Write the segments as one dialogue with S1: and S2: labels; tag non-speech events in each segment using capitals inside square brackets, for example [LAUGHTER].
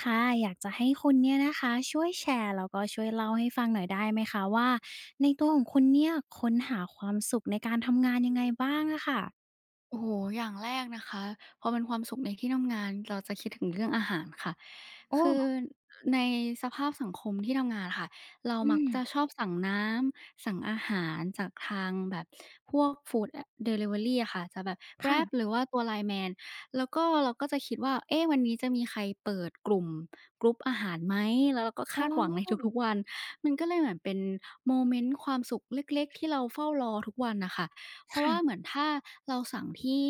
S1: ค่ะอยากจะให้คุณเนี่ยนะคะช่วยแชร์แล้วก็ช่วยเล่าให้ฟังหน่อยได้ไหมคะว่าในตัวของคุณเนี่ยค้นหาความสุขในการทำงานยังไงบ้างอะค่ะ
S2: โอ้โฮอย่างแรกนะคะ พอเป็นความสุขในที่ทำงานเราจะคิดถึงเรื่องอาหารค่ะ
S1: โอ้
S2: คือในสภาพสังคมที่ทำงานค่ะ เรา
S1: อื
S2: มัก
S1: ม
S2: จะชอบสั่งน้ำ สั่งอาหารจากทางแบบพวกฟูดอดิลิเวอรีอะค่ะ จะแบบ Grab หรื
S1: ค่ะ
S2: อว่าตัว Line Man แล้วก็เราก็จะคิดว่า เอ๊ะวันนี้จะมีใครเปิดกลุ่มกรุ๊ปอาหารไหม แล้วเราก็
S1: อ๋
S2: คาดหวังใน
S1: อ
S2: ทุกๆวัน มันก็เลยเหมือนเป็นโมเมนต์ความสุขเล็กๆที่เราเฝ้ารอทุกวันน่ะค่ะ เพราะว่าเหมื
S1: ค่ะ
S2: อนถ้าเราสั่งที่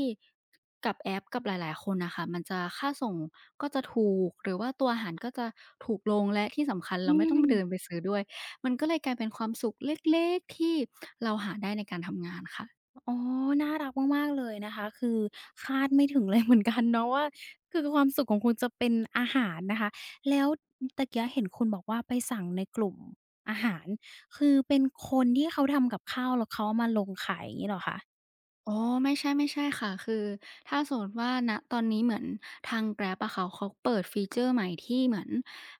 S2: กับแอปกับหลายๆคนน่ะค่ะมันจะค่าส่งก็จะถูกหรือว่าตัวอาหารก็จะถูกลงและที่สำคัญ
S1: อื
S2: เราไม่ต้อง
S1: ม
S2: เดินไปซื้อด้วยมันก็เลยกลายเป็นความสุขเล็กๆที่เราหาได้ในการทำงานค่ะ
S1: อ๋อน่ารักมากๆเลยนะคะคือคาดไม่ถึงเลยเหมือนกันเนาะว่าคือความสุขของคุณจะเป็นอาหารนะคะแล้วตะเกียเห็นคุณบอกว่าไปสั่งในกลุ่มอาหารคือเป็นคนที่เขาทำกับข้าวแล้วเขาเอามาลงขายอย่างงี้เหรอคะ
S2: อ๋อไม่ใช่ค่ะคือถ้าสมมติว่าณตอนนี้เหมือนทาง Grab อะค่ะเขาเปิดฟีเจอร์ใหม่ที่เหมือน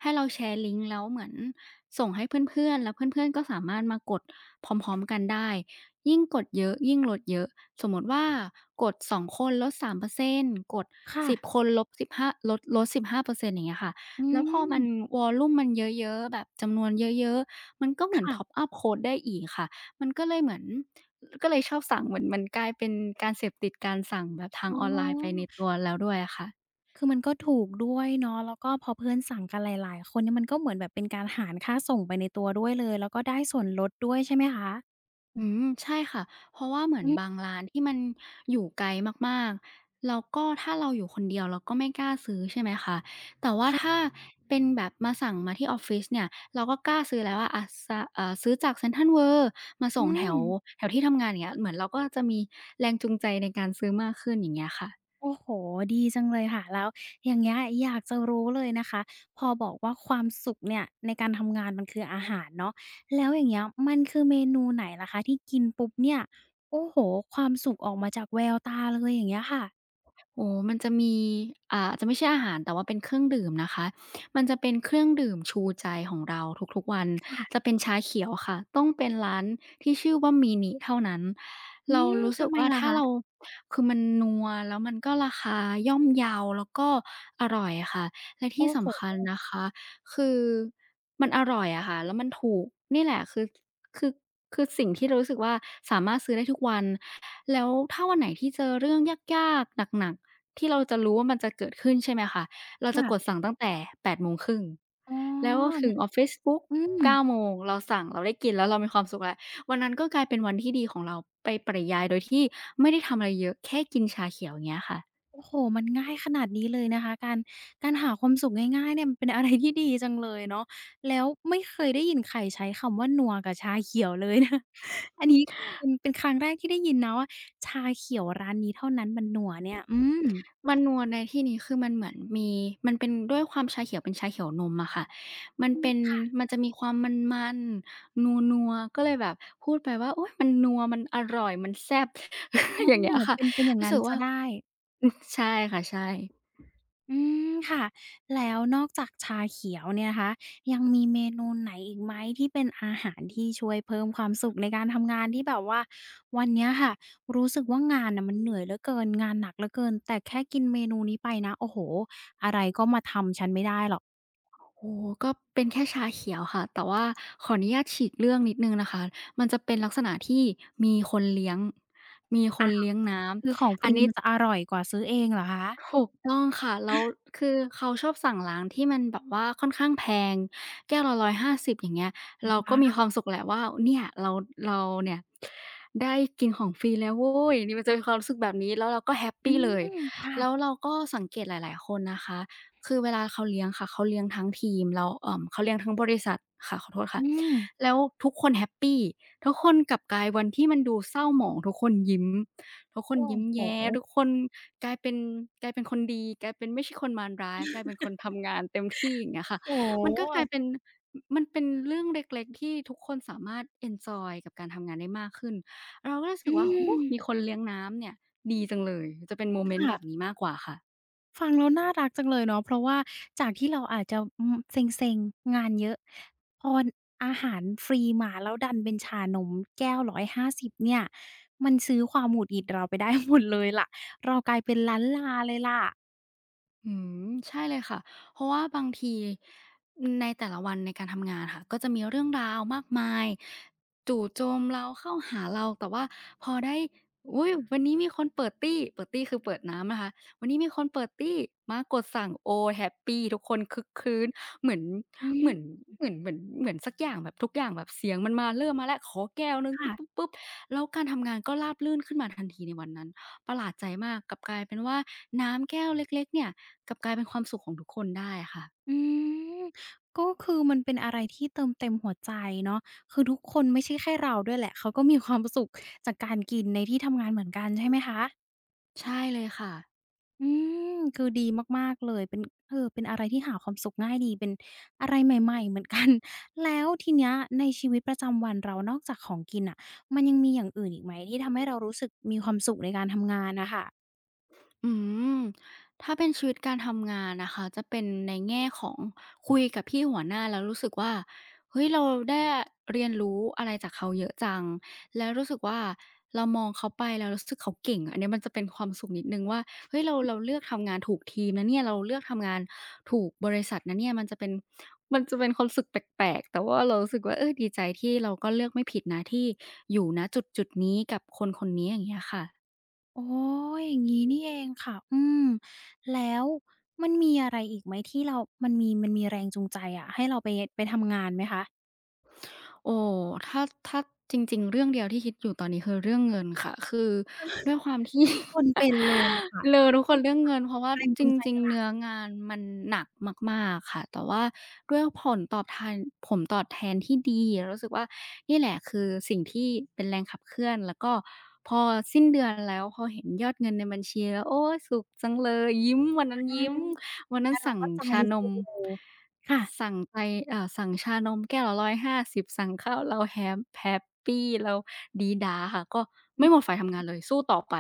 S2: ให้เราแชร์ลิงก์แล้วเหมือนส่งให้เพื่อนๆแล้วเพื่อนๆก็สามารถมากดพร้อมๆกันได้ยิ่งกดเยอะยิ่งลดเยอะสมมุติว่ากด2คนลด3%กดสิบค
S1: ค่ะ
S2: นลบ1าลดลด15%อร์เซ็นต์อย่างเงี้ยค่ะ
S1: อื
S2: แล้วพอมั
S1: ม
S2: นวอลลุมมันเยอะๆแบบจำนวนเยอะๆมันก็เหมือน top
S1: ค่ะ
S2: up โคดได้อีกค่ะ มันก็เลยเหมือนก็เลยชอบสั่งเหมือนมันกลายเป็นการเสพติดการสั่งแบบทาง
S1: อ๋
S2: ออนไลน์ไปใน
S1: อ
S2: ตัวแล้วด้วยอะค่ะ
S1: คือมันก็ถูกด้วยเนาะแล้วก็พอเพื่อนสั่งกันหลายๆคนเนี่ยมันก็เหมือนแบบเป็นการหารค่าส่งไปในตัวด้วยเลยแล้วก็ได้ส่วนลดด้วยใช่ไหมคะ
S2: อืมใช่ค่ะเพราะว่าเหมือ
S1: อื
S2: นบาง
S1: ม
S2: ร้านที่มันอยู่ไกลมากๆ แล้วก็ถ้าเราอยู่คนเดียวเราก็ไม่กล้าซื้อใช่ไหมคะแต่ว่าถ้า
S1: ค่ะ
S2: เป็นแบบมาสั่งมาที่ออฟฟิศเนี่ย เราก็กล้าซื้อแล้วว่าอะซะซื้อจากเซ็นทรัลเวิลด์มา
S1: อื
S2: ส่งแถ
S1: ม
S2: วแถวที่ทำงานอย่างเงี้ยเหมือนเราก็จะมีแรงจูงใจในการซื้อมากขึ้นอย่างเงี้ยค่ะ
S1: โอ้โฮดีจังเลยค่ะแล้วอย่างเงี้ยอยากจะรู้เลยนะคะพอบอกว่าความสุขเนี่ยในการทำงานมันคืออาหารเนาะแล้วอย่างเงี้ยมันคือเมนูไหนล่ะคะที่กินปุ๊บเนี่ยโอ้โฮความสุขออกมาจากแววตาเลยอย่างเงี้ยค่ะ
S2: โอ้มันจะมีจะไม่ใช่อาหารแต่ว่าเป็นเครื่องดื่มนะคะมันจะเป็นเครื่องดื่มชูใจของเราทุกๆวัน จะ
S1: ค่ะ
S2: เป็นชาเขียวค่ะ ต้องเป็นร้านที่ชื่อว่า MINI เท่านั้น
S1: อื
S2: เรา
S1: ม
S2: รู้สึ
S1: ทำ
S2: ก
S1: ไม
S2: ว่า
S1: ล่ะ
S2: ถ้าเรา
S1: คะ
S2: คือมันนัวแล้วมันก็ราคาย่อมเยาแล้วก็อร่อยค่ะและ
S1: โอ้
S2: ที่สำคัญ
S1: โฮ
S2: นะคะคือมันอร่อยอะค่ะแล้วมันถูกนี่แหละคือคือสิ่งที่รู้สึกว่าสามารถซื้อได้ทุกวันแล้วถ้าวันไหนที่เจอเรื่องยากๆหนักๆ ที่เราจะรู้ว่ามันจะเกิดขึ้นใช่ไหมคะ เราจะกด
S1: ค่ะ
S2: สั่งตั้งแต่8่ง
S1: อ๋อ
S2: แล้วถึง
S1: นะ
S2: ออฟฟิศปุ๊บ
S1: อืม
S2: 9โมงเราสั่งเราได้กินแล้วเรามีความสุขแล้ววันนั้นก็กลายเป็นวันที่ดีของเราไปปริยายโดยที่ไม่ได้ทำอะไรเยอะแค่กินชาเขียวอย่างเงี้ยค่ะ
S1: โอ้โฮมันง่ายขนาดนี้เลยนะคะ การหาความสุขง่ายๆเนี่ยมันเป็นอะไรที่ดีจังเลยเนาะแล้วไม่เคยได้ยินใครใช้คำว่านัวกับชาเขียวเลยนะ [LAUGHS] อันนี้เป็นครั้งแรกที่ได้ยินนะว่าชาเขียวร้านนี้เท่านั้นมันนัวเนี่ยอืม
S2: มันนัวในที่นี้คือมันเหมือนมีมันเป็นด้วยความชาเขียวเป็นชาเขียวนมอะค่ะมัน
S1: อื
S2: เป็น
S1: ม
S2: มันจะมีความมันๆนัวๆก็เลยแบบพูดไปว่าโอ๊ยมันนัวมันอร่อยมันแซ่บ
S1: อ้อ
S2: [LAUGHS] อย่างเงี้ยค่ะ
S1: เป็นอย่าง
S2: รู้
S1: งั้น
S2: สึก
S1: เสีย
S2: ว่า
S1: ได้
S2: อือใช่ค่ะใช่
S1: อืมค่ะแล้วนอกจากชาเขียวเนี่ยนะคะยังมีเมนูไหนอีกไหมที่เป็นอาหารที่ช่วยเพิ่มความสุขในการทำงานที่แบบว่าวันเนี้ยค่ะรู้สึกว่างานน่ะมันเหนื่อยเหลือเกินงานหนักเหลือเกินแต่แค่กินเมนูนี้ไปนะโอ้โฮ
S2: โอ้โฮก็เป็นแค่ชาเขียวค่ะแต่ว่าขออนุญาตฉีกเรื่องนิดหนึ่งนะคะมันจะเป็นลักษณะที่มีคนเลี้ยงมีค
S1: อ้า
S2: น
S1: ว
S2: เลี้ยงน้
S1: คือของฟ
S2: ำอัน
S1: รี
S2: นี้
S1: มันจะอร่อยกว่าซื้อเองเหรอคะ
S2: ถูกต้องค่ะแล้วคือเขาชอบสั่งร้านที่มันแบบว่าค่อนข้างแพงแก้วละ150อย่างเงี้ย
S1: อื
S2: เราก็มีควา
S1: คะ
S2: มสุขแหละว่าเนี่ยเราเนี่ยได้กินของฟรีแล้วโว้ยนี่มันจะมีความรู้สึกแบบนี้แล้วเราก็แฮป
S1: อื
S2: ปีเลย
S1: มค่ะ
S2: แล้วเราก็สังเกตหลายๆคนนะคะคือเวลาเขาเลี้ยงค่ะเขาเลี้ยงทั้งทีมแล้วเขาเลี้ยงทั้งบริษัทค่ะขอโทษ
S1: อื
S2: ค่ะ
S1: ม
S2: แล้วทุกคนแฮปปีทุกคนกลับกลายวันที่มันดูเศร้าหมองทุกคนยิ้ม ทุกคน
S1: โอ้
S2: ยิ้ม
S1: โฮ
S2: แย้ทุกคนกลายเป็นกลายเป็นคนดีกลายเป็นไม่ใช่คนมารร้ายกลายเป็นคนทำงานเต็มที่อย่างเงี้ยค่ะ
S1: โอ้
S2: มัน
S1: โ
S2: ก็กลายเป็น
S1: ฮ
S2: มมันเป็นเรื่องเล็กๆที่ทุกคนสามารถเอนจอยกับการทำงานได้มากขึ้นเราก็รู้สึ
S1: อื
S2: กว่าโอ้โฮ
S1: ม
S2: มีคนเลี้ยงน้ำเนี่ยดีจังเลยจะเป็นโมเมนต์แบบ
S1: ค่ะ
S2: นี้มากกว่าค่ะ
S1: ฟังแล้วน่ารักจังเลยเนาะเพราะว่าจากที่เราอาจจะอืมเซ็งๆงานเยอะพอนอาหารฟรีมาแล้วดันเป็นชานมแก้ว150เนี่ยมันซื้อความหงุดหงิดเราไปได้หมดเลยล่ะเรากลายเป็นล้านลาเลยล่ะ
S2: อืมใช่เลยค่ะ เพราะว่าบางทีในแต่ละวันในการทำงานค่ะก็จะมีเรื่องราวมากมายจู่โจมเราเข้าหาเราแต่ว่าพอได้อุ๊ยวันนี้มีคนเปิดตี้คือเปิดน้ำนะคะวันนี้มีคนเปิดตี้มากดสั่งโอ้แฮปปีทุกคนคึกคื้นเหมือน
S1: อื
S2: เหมือน
S1: ม
S2: เหมือนเหมือนเหมือนสักอย่างแบบทุกอย่างแบบเสียงมันมาเริ่มมาแล้วขอแก้วหนึ่งปุ๊บปุ๊บ
S1: ค่ะ
S2: ปุ๊บแล้วการทำงานก็ราบรื่นขึ้นมาทันทีในวันนั้นประหลาดใจมากกลับกลายเป็นว่าน้ำแก้วเล็กๆเนี่ย กลับกลายเป็นความสุขของทุกคนได้ค่ะ
S1: อืมก็คือมันเป็นอะไรที่เติมเต็มหัวใจเนาะคือทุกคนไม่ใช่แค่เราด้วยแหละเขาก็มีความสุขจากการกินในที่ทำงานเหมือนกันใช่ไหมคะ
S2: ใช่เลยค่ะ
S1: อืมคือดีมากๆเลยเป็นเออเป็นอะไรที่หาความสุขง่ายดีเป็นอะไรใหม่ๆเหมือนกัน [LAUGHS] แล้วทีเนี้ยในชีวิตประจำวันเรานอกจากของกินน่ะมันยังมีอย่างอื่นอีกไหมที่ทำให้เรารู้สึกมีความสุขในการทำงานน่ะค่ะ
S2: อืมถ้าเป็นชีวิตการทำงานนะคะจะเป็นในแง่ของคุยกับพี่หัวหน้าแล้วรู้สึกว่าเฮ้ยเราได้เรียนรู้อะไรจากเขาเยอะจังแล้วรู้สึกว่าเรามองเขาไปแล้วรู้สึกเขาเก่งอะอันเนี้ยมันจะเป็นความสุขนิดนึ่งว่าเฮ้ยเราเลือกทำงานถูกทีมนะเนี่ยเราเลือกทำงานถูกบริษัทนะเนี่ยมันจะเป็นความรู้สึกแปลกๆแต่ว่าเรารู้สึกว่าเออดีใจที่เราก็เลือกไม่ผิดนะที่อยู่นะจุดๆนี้กับคนคนนี้อย่างเงี้ยค่ะ
S1: อ๋ออย่างงี้นี่เองค่ะอืมแล้วมันมีอะไรอีกไหมที่เรามันมีแรงจูงใจอะให้เราไปทำงานไหมคะ
S2: โอ้ถ้าถ้าจริงๆเรื่องเดียวที่คิดอยู่ตอนนี้คือเรื่องเงินค่ะ คือด้วยความที่
S1: ทุกคนเป็
S2: [LAUGHS]
S1: นเลยอะค่ะ [LAUGHS]
S2: เรอทุกค
S1: เห
S2: น
S1: มือน
S2: เรื่อง
S1: แบบ
S2: เงินเพราะว่า
S1: แรง
S2: จ
S1: จูงใจ
S2: ริง
S1: ห
S2: ๆ
S1: ลัก
S2: เนื้องานมันหนักมากๆค่ะ แต่ว่าด้วยผลตอบแทนที่ดีเรารู้สึกว่านี่แหละคือสิ่งที่เป็นแรงขับเคลื่อนแล้วก็พอสิ้นเดือนแล้วพอเห็นยอดเงินในบัญชีแล้วโอ๊ยสุขจังเลยยิ้มวันนั้น
S1: ถ้าน
S2: ยิ้ม วันนั้
S1: แล้
S2: น
S1: วเรา
S2: สั่ง
S1: ก็ใจ
S2: ชาน
S1: ฟู
S2: ม
S1: ค่ะ
S2: สั่งไปเอ่าสั่งชานมแก้วละ15 บาทสั่งข้าวเราแฮมแฮปปีเราดี๊ด๊าค่ะ ก็ไม่หมดไฟทำงานเลยสู้ต่อไป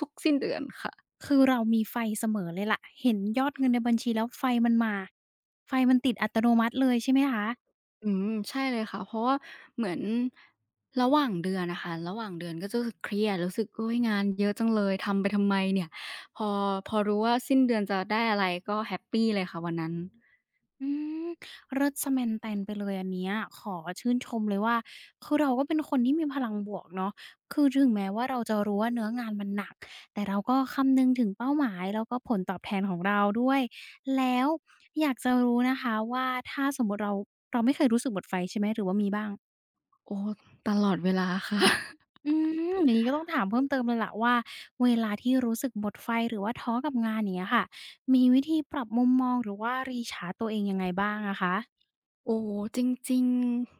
S2: ทุกๆสิ้นเดือนค่ะ
S1: คือเรามีไฟเสมอเลยล่ะ เห็นยอดเงินในบัญชีแล้วไฟมันมา ไฟมันติดอัตโนมัติเลยใช่ไหมคะ
S2: อืมใช่เลยค่ะเพราะว่าเหมือนระหว่างเดือนอะค่ะระหว่างเดือนก็จะรู้สึกเครียดรู้สึกโอ๊ยงานเยอะจังเลยทำไปทำไมเนี่ย พอพอรู้ว่าสิ้นเดือนจะได้อะไรก็แฮปปีเลยค่ะวันนั้น
S1: อืมเลิศซะแมนแตนไปเลยอันเนี้ยขอชื่นชมเลยว่าคือเราก็เป็นคนที่มีพลังบวกเนาะคือถึงแม้ว่าเราจะรู้ว่าเนื้องานมันหนักแต่เราก็คำนึงถึงเป้าหมายแล้วก็ผลตอบแทนของเราด้วย แล้วอยากจะรู้นะคะว่าถ้าสมมุติเราไม่เคยรู้สึกหมดไฟใช่ไหมหรือว่ามีบ้าง
S2: โอ้ตลอดเวลาค่ะ
S1: อืมอย่างนี้ก็ต้องถามเพิ่มเติมเลยล่ะว่าเวลาที่รู้สึกหมดไฟหรือว่าท้อกับงานอย่างเงี้ยค่ะมีวิธีปรับมุมมองหรือว่า recharge ตัวเองยังไงบ้างอะคะ
S2: โอ้จริง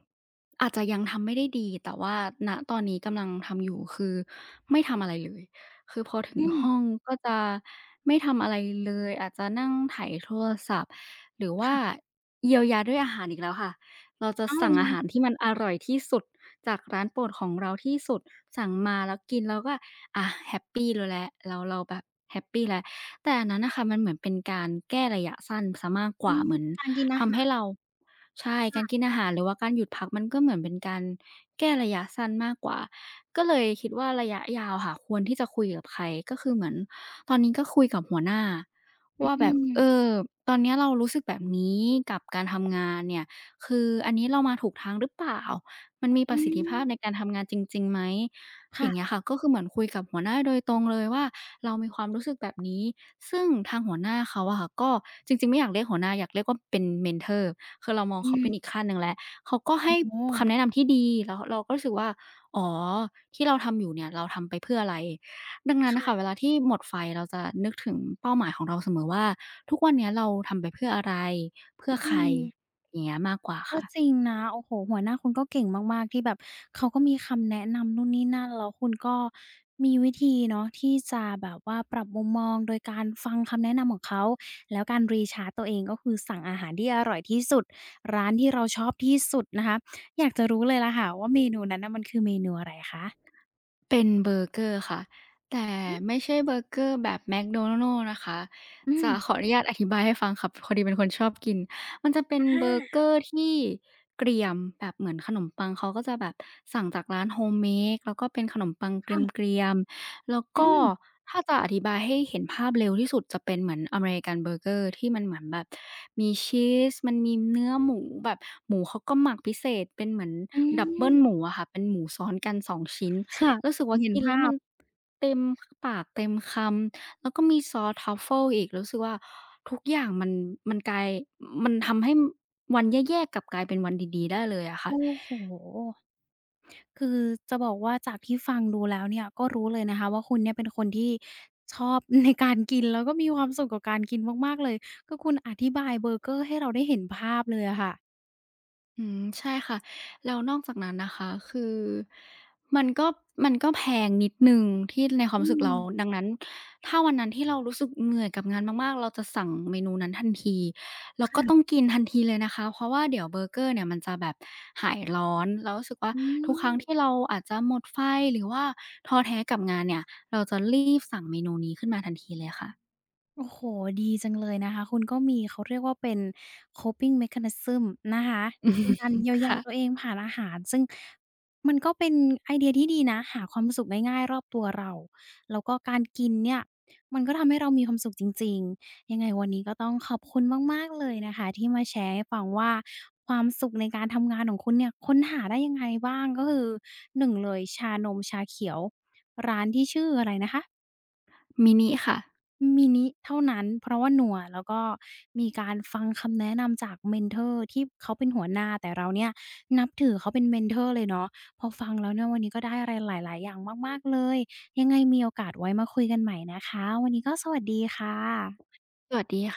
S2: ๆอาจจะยังทำไม่ได้ดีแต่ว่าณตอนนี้กำลังทำอยู่คือไม่ทำอะไรเลยคือพอถึง
S1: อืม
S2: ห้องก็จะไม่ทำอะไรเลยอาจจะนั่งไถโทรศัพท์หรือว่า
S1: ค่ะ
S2: เยียวยาด้วยอาหารอีกแล้วค่ะเราจะ
S1: อ้าว
S2: สั่งอาหารที่มันอร่อยที่สุดจากร้านโปรดของเราที่สุดสั่งมาแล้วกินแล้วก็อะแฮปปีแล้วแหละเราแบบแฮปปีแล้วแต่อันนั้นน่ะค่ะมันเหมือนเป็นการแก้ระยะสั้นเสียมากก
S1: อื
S2: ว่า
S1: ม
S2: เหมือน
S1: การกินอา
S2: ทำ
S1: หา
S2: ให้
S1: ร
S2: เราใช่การกินอาหารหรือว่าการหยุดพักมันก็เหมือนเป็นการแก้ระยะสั้นมากกว่าก็เลยคิดว่าระยะยาวค่ะควรที่จะคุยกับใครก็คือเหมือนตอนนี้ก็คุยกับหัวหน้า
S1: อื
S2: ว่าแบบเอ
S1: ม
S2: อตอนเนี้ยเรารู้สึกแบบนี้กับการทำงานเนี่ยคืออันนี้เรามาถูกทางหรือเปล่ามันมีป
S1: อื
S2: ระสิทธิ
S1: ม
S2: ภาพในการทำงานจริงๆไหม อย่างเงี้
S1: ค่ะ
S2: ยค่ะก็คือเหมือนคุยกับหัวหน้าโดยตรงเลยว่าเรามีความรู้สึกแบบนี้ซึ่งทางหัวหน้าเขาอะค่ะก็จริงๆไม่อยากเรียกหัวหน้าอยากเรียกว่าเป็น mentor คือเรามอง
S1: อื
S2: เขา
S1: ม
S2: เป็นอีกขั้นหนึ่งแล้วเขาก็
S1: โอ้
S2: ให้
S1: โฮ
S2: คำแนะนำที่ดีแล้วเราก็รู้สึกว่าอ๋อที่เราทำอยู่เนี่ยเราทำไปเพื่ออะไรดังนั้นน่ะค่ะเว
S1: ค่ะ
S2: ลาที่หมดไฟเราจะนึกถึงเป้าหมายของเราเสมอว่าทุกวันเนี้ยเราทำไปเพื่ออะไรเพื่อใค
S1: อื
S2: ร
S1: ม
S2: อย่างเงี้ยมากกว่า
S1: ก็จริ
S2: ค่ะ
S1: งนะโอ้โฮหัวหน้าคุณก็เก่งมากๆที่แบบเขาก็มีคำแนะนำนู่นนี่นั่นแล้วคุณก็มีวิธีเนาะที่จะแบบว่าปรับมุมมองโดยการฟังคำแนะนำของเขาแล้วการ recharge ตัวเองก็คือสั่งอาหารที่อร่อยที่สุดร้านที่เราชอบที่สุดนะคะอยากจะรู้เลยล่ะค่ะว่าเมนูนั้นน่ะมันคือเมนูอะไรคะ
S2: เป็นเบอร์เกอร์ค่ะแต่ไม่ใช่เบอร์เกอร์แบบแม d โดนัล s ์นะคะ
S1: อืม
S2: จะขออนุญาตอธิบายให้ฟังค่ะพอดีเป็นคนชอบกินมันจะเป็น
S1: อา
S2: เบอร์เกอร์ที่เกรียมแบบเหมือนขนมปังเขาก็จะแบบสั่งจากร้าน Homemade แล้วก็เป็นขนมปังเก
S1: ค่ะ
S2: รียมๆแล้ว
S1: อื
S2: ก็
S1: ม
S2: ถ้าจะอธิบายให้เห็นภาพเร็วที่สุดจะเป็นเหมือนอเมริกันเบอร์เกอร์ที่มันเหมือนแบบมีชีสมันมีเนื้อหมูแบบหมูเขาก็หมักพิเศษเป็นเหมือน
S1: อื
S2: ดับเบิลหมู
S1: ม
S2: อะค่ะเป็นหมูซ้อนกันสองชิ้น
S1: ค่ะ
S2: รู้
S1: โอ้
S2: สึก
S1: โฮ
S2: ว่า
S1: เห็น
S2: กินแล้
S1: ภา
S2: ว
S1: พ
S2: มันเต็มปากเต็มคำแล้วก็มีซอส Truffle อีกรู้สึกว่าทุกอย่างมันมันกลายมันทำให้วันแย่ๆกลับกลายเป็นวันดีๆได้เลยอะค่ะ
S1: โอ้โฮ คือจะบอกว่าจากที่ฟังดูแล้วเนี่ยก็รู้เลยนะคะว่าคุณเนี่ยเป็นคนที่ชอบ [LAUGHS] ในการกินแล้วก็มีความสุขกับการกินมากๆเลยก็คุณอธิบายเบอร์เกอร์ให้เราได้เห็นภาพเลยอะค่ะ
S2: อืมใช่ค่ะแล้วนอกจากนั้นนะคะคือมันก็มันก็แพงนิดหนึ่งที่ในความ
S1: อื
S2: รู้สึก
S1: ม
S2: เราดังนั้นถ้าวันนั้นที่เรารู้สึกเหนื่อยกับงานมากๆเราจะสั่งเมนูนั้นทันทีแล้วก็ต้องกินทันทีเลยนะคะเพราะว่าเดี๋ยวเบอร์เกอร์เนี่ยมันจะแบบหายร้อนเรารู้สึกว่า
S1: อื
S2: ทุกครั้ง
S1: ม
S2: ที่เราอาจจะหมดไฟหรือว่าท้อแท้กับงานเนี่ยเราจะรีบสั่งเมนูนี้ขึ้นมาทันทีเลยค่ะ
S1: โอ้โฮดีจังเลยนะคะคุณก็มีเขาเรียกว่าเป็น coping mechanism นะคะเป็นการเยียว
S2: [LAUGHS]
S1: ยาตัว
S2: ค่ะ
S1: เองผ่านอาหารซึ่งมันก็เป็นไอเดียที่ดีนะหาความสุขง่ายๆรอบตัวเราแล้วก็การกินเนี่ยมันก็ทำให้เรามีความสุขจริงๆยังไงวันนี้ก็ต้องขอบคุณมากๆเลยนะคะที่มาแชร์ให้ฟังว่าความสุขในการทำงานของคุณเนี่ยค้นหาได้ยังไงบ้างก็คือหนึ่งเลยชานมชาเขียวร้านที่ชื่ออะไรนะคะ
S2: มินิค่ะ
S1: มินิเท่านั้นเพราะว่าหนัวแล้วก็มีการฟังคำแนะนำจาก mentor ที่เขาเป็นหัวหน้าแต่เราเนี่ยนับถือเขาเป็น mentor เลยเนาะพอฟังแล้วเนี่ยวันนี้ก็ได้อะไรหลายๆอย่างมากๆเลยยังไงมีโอกาสไว้มาคุยกันใหม่นะคะวันนี้ก็สวัสดีค่ะ
S2: สวัสดี